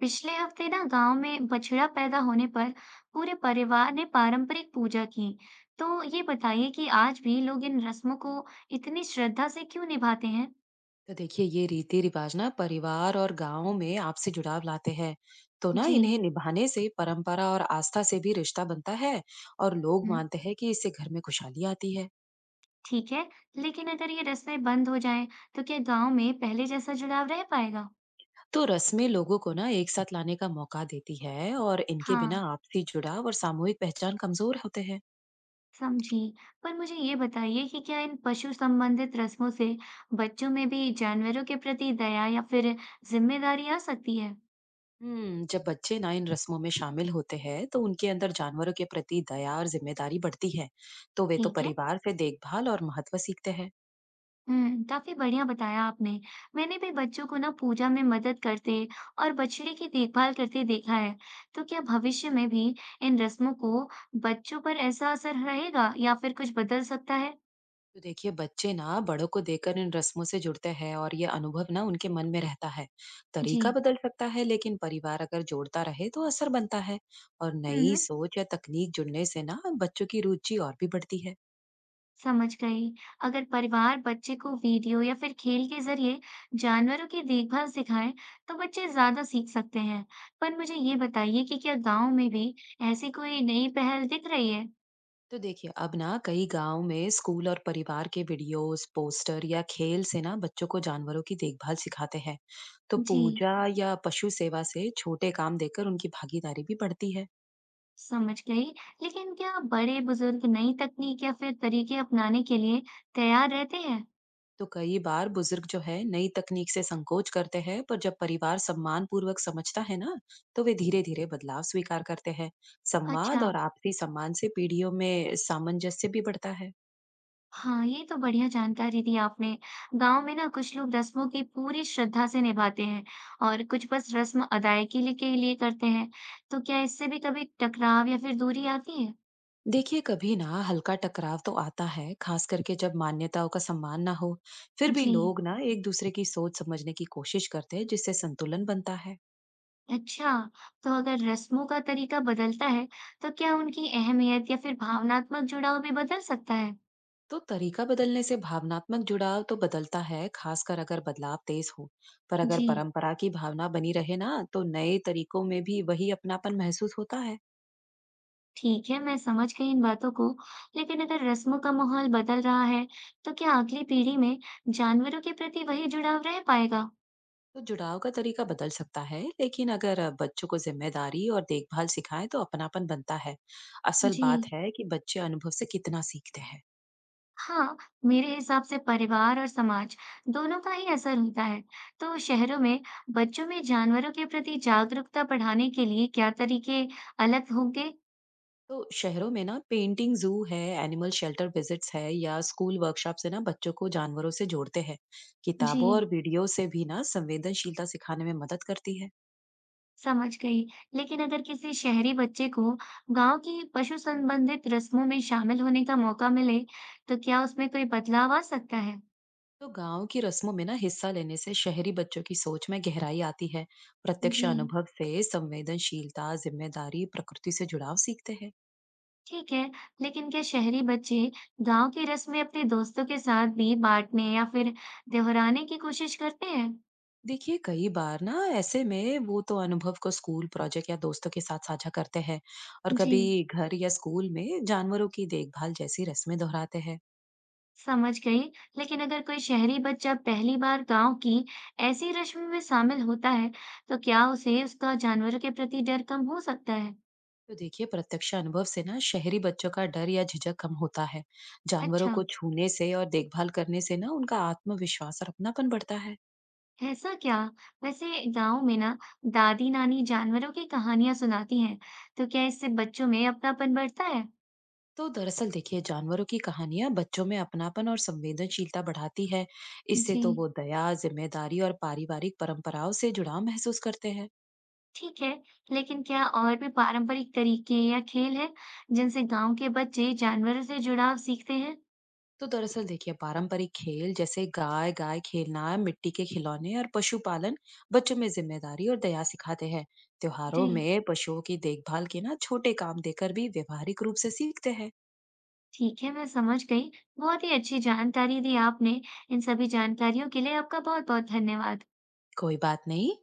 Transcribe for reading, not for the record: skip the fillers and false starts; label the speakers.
Speaker 1: पिछले हफ्ते ना गांव में बछड़ा पैदा होने पर पूरे परिवार ने पारंपरिक पूजा की। तो ये बताइए कि आज भी लोग इन रस्मों को इतनी श्रद्धा से क्यों निभाते हैं?
Speaker 2: तो देखिए ये रीति रिवाज ना परिवार और गांव में आपसी जुड़ाव लाते हैं। तो ना
Speaker 1: जी।
Speaker 2: इन्हें निभाने से परंपरा और आस्था से भी रिश्ता बनता है और लोग
Speaker 1: हम्म।
Speaker 2: मानते हैं कि इससे घर में खुशहाली आती है।
Speaker 1: ठीक है, लेकिन अगर ये रस्में बंद हो जाएं, तो क्या गांव में पहले जैसा जुड़ाव रह पाएगा?
Speaker 2: तो रस्में लोगों को ना एक साथ लाने का मौका देती है और इनके बिना
Speaker 1: हाँ,
Speaker 2: आपसी जुड़ाव और सामूहिक पहचान कमजोर होते हैं।
Speaker 1: समझी। पर मुझे ये बताइए कि क्या इन पशु संबंधित रस्मों से बच्चों में भी जानवरों के प्रति दया या फिर जिम्मेदारी आ सकती है?
Speaker 2: हम्म, जब बच्चे ना इन रस्मों में शामिल होते हैं तो उनके अंदर जानवरों के प्रति दया और जिम्मेदारी बढ़ती है। तो वे तो
Speaker 1: ठीक है।
Speaker 2: परिवार से देखभाल और महत्व सीखते हैं।
Speaker 1: हुँ, काफ़ी बढ़िया बताया आपने। मैंने भी बच्चों को ना पूजा में मदद करते और बछड़े की देखभाल करते देखा है। तो क्या भविष्य में भी इन रस्मों को बच्चों पर ऐसा असर रहेगा या फिर कुछ बदल सकता है?
Speaker 2: तो देखिए बच्चे ना बड़ों को देखकर इन रस्मों से जुड़ते हैं और ये अनुभव ना उनके मन में रहता है।
Speaker 1: जी।
Speaker 2: तरीका बदल सकता है लेकिन परिवार अगर जोड़ता रहे तो असर बनता है। और
Speaker 1: हुँ,
Speaker 2: नई
Speaker 1: हुँ,
Speaker 2: सोच या तकनीक जुड़ने से ना बच्चों की रुचि और भी बढ़ती है।
Speaker 1: समझ गई। अगर परिवार बच्चे को वीडियो या फिर खेल के ज़रिए जानवरों की देखभाल सिखाए, तो बच्चे ज़्यादा सीख सकते हैं। पर मुझे ये बताइए कि क्या गाँव में भी ऐसी कोई नई पहल दिख रही है?
Speaker 2: तो देखिए अब ना कई गांव में स्कूल और परिवार के वीडियोस, पोस्टर या खेल से ना बच्चों को जानवरों की देखभाल सिखाते हैं। तो
Speaker 1: जी।
Speaker 2: पूजा या पशु सेवा से छोटे काम देकर उनकी भागीदारी भी बढ़ती है।
Speaker 1: समझ गई। लेकिन क्या बड़े बुजुर्ग नई तकनीक या फिर तरीके अपनाने के लिए तैयार रहते हैं?
Speaker 2: तो कई बार बुजुर्ग जो है नई तकनीक से संकोच करते हैं, पर जब परिवार सम्मान पूर्वक समझता है ना, तो वे धीरे धीरे बदलाव स्वीकार करते हैं। संवाद
Speaker 1: अच्छा।
Speaker 2: और आपसी सम्मान से पीढ़ियों में सामंजस्य भी बढ़ता है।
Speaker 1: हाँ, ये तो बढ़िया जानकारी दी आपने। गांव में ना कुछ लोग रस्मों की पूरी श्रद्धा से निभाते हैं और कुछ बस रस्म अदायगी के लिए करते हैं। तो क्या इससे भी कभी टकराव या फिर दूरी आती है?
Speaker 2: देखिए कभी ना हल्का टकराव तो आता है, खास करके जब मान्यताओं का सम्मान ना हो। फिर भी
Speaker 1: जी।
Speaker 2: लोग ना एक दूसरे की सोच समझने की कोशिश करते हैं, जिससे संतुलन बनता है।
Speaker 1: अच्छा। तो अगर रस्मों का तरीका बदलता है तो क्या उनकी अहमियत या फिर भावनात्मक जुड़ाव भी बदल सकता है?
Speaker 2: तो तरीका बदलने से भावनात्मक जुड़ाव तो बदलता है, खासकर अगर बदलाव तेज हो। पर अगर
Speaker 1: जी।
Speaker 2: परंपरा की भावना बनी रहे ना, तो नए तरीकों में भी वही अपनापन महसूस होता है।
Speaker 1: ठीक है, मैं समझ गई इन बातों को, लेकिन अगर रस्मों का माहौल बदल रहा है, तो क्या अगली पीढ़ी में जानवरों के प्रति वही जुड़ाव रह पाएगा?
Speaker 2: तो जुड़ाव का तरीका बदल सकता है, लेकिन अगर बच्चों को जिम्मेदारी और देखभाल सिखाएं तो अपनापन बनता है। असल
Speaker 1: जी।
Speaker 2: बात है कि बच्चे अनुभव से कितना सीखते हैं।
Speaker 1: हाँ, मेरे हिसाब से परिवार और समाज दोनों का ही असर होता है। तो शहरों में बच्चों में जानवरों के प्रति जागरूकता बढ़ाने के लिए क्या तरीके अलग होंगे?
Speaker 2: तो शहरों में ना पेंटिंग, जू है, एनिमल शेल्टर विजिट्स है या स्कूल वर्कशॉप से ना बच्चों को जानवरों से जोड़ते हैं।
Speaker 1: जी।
Speaker 2: किताबों और वीडियो से भी ना संवेदनशीलता सिखाने में मदद करती है।
Speaker 1: समझ गई। लेकिन अगर किसी शहरी बच्चे को गांव की पशु संबंधित रस्मों में शामिल होने का मौका मिले तो क्या उसमें कोई बदलाव आ सकता है?
Speaker 2: तो गांव की रस्मों में ना हिस्सा लेने से शहरी बच्चों की सोच में गहराई आती है। प्रत्यक्ष
Speaker 1: जी।
Speaker 2: अनुभव से संवेदनशीलता, जिम्मेदारी, प्रकृति से जुड़ाव सीखते हैं।
Speaker 1: ठीक है, लेकिन क्या शहरी बच्चे गांव की रस्में अपने दोस्तों के साथ भी बांटने या फिर दोहराने की कोशिश करते हैं?
Speaker 2: देखिए कई बार ना ऐसे में वो तो अनुभव को स्कूल प्रोजेक्ट या दोस्तों के साथ साझा करते हैं और
Speaker 1: जी।
Speaker 2: कभी घर या स्कूल में जानवरों की देखभाल जैसी रस्में दोहराते हैं।
Speaker 1: समझ गई। लेकिन अगर कोई शहरी बच्चा पहली बार गांव की ऐसी रस्म में शामिल होता है तो क्या उसे उसका जानवरों के प्रति डर कम हो सकता है?
Speaker 2: तो देखिए प्रत्यक्ष अनुभव से ना शहरी बच्चों का डर या झिझक कम होता है। जानवरों
Speaker 1: अच्छा।
Speaker 2: को छूने से और देखभाल करने से ना उनका आत्मविश्वास और अपनापन बढ़ता है।
Speaker 1: ऐसा क्या? वैसे गांव में ना दादी नानी जानवरों की कहानियां सुनाती हैं, तो क्या इससे बच्चों में अपनापन बढ़ता है?
Speaker 2: तो दरअसल देखिए जानवरों की कहानियां बच्चों में अपनापन और संवेदनशीलता बढ़ाती है। इससे तो
Speaker 1: जी।
Speaker 2: वो दया, जिम्मेदारी और पारिवारिक परंपराओं से जुड़ाव महसूस करते हैं।
Speaker 1: ठीक है, लेकिन क्या और भी पारंपरिक तरीके या खेल हैं जिनसे गांव के बच्चे जानवरों से जुड़ाव सीखते हैं?
Speaker 2: तो दरअसल देखिए पारंपरिक खेल जैसे गाय गाय खेलना, मिट्टी के खिलौने और पशुपालन बच्चों में जिम्मेदारी और दया सिखाते हैं। त्योहारों
Speaker 1: जी।
Speaker 2: में पशुओं की देखभाल के ना छोटे काम देकर भी व्यवहारिक रूप से सीखते हैं।
Speaker 1: ठीक है, मैं समझ गई। बहुत ही अच्छी जानकारी दी आपने। इन सभी जानकारियों के लिए आपका बहुत-बहुत धन्यवाद।
Speaker 2: कोई बात नहीं।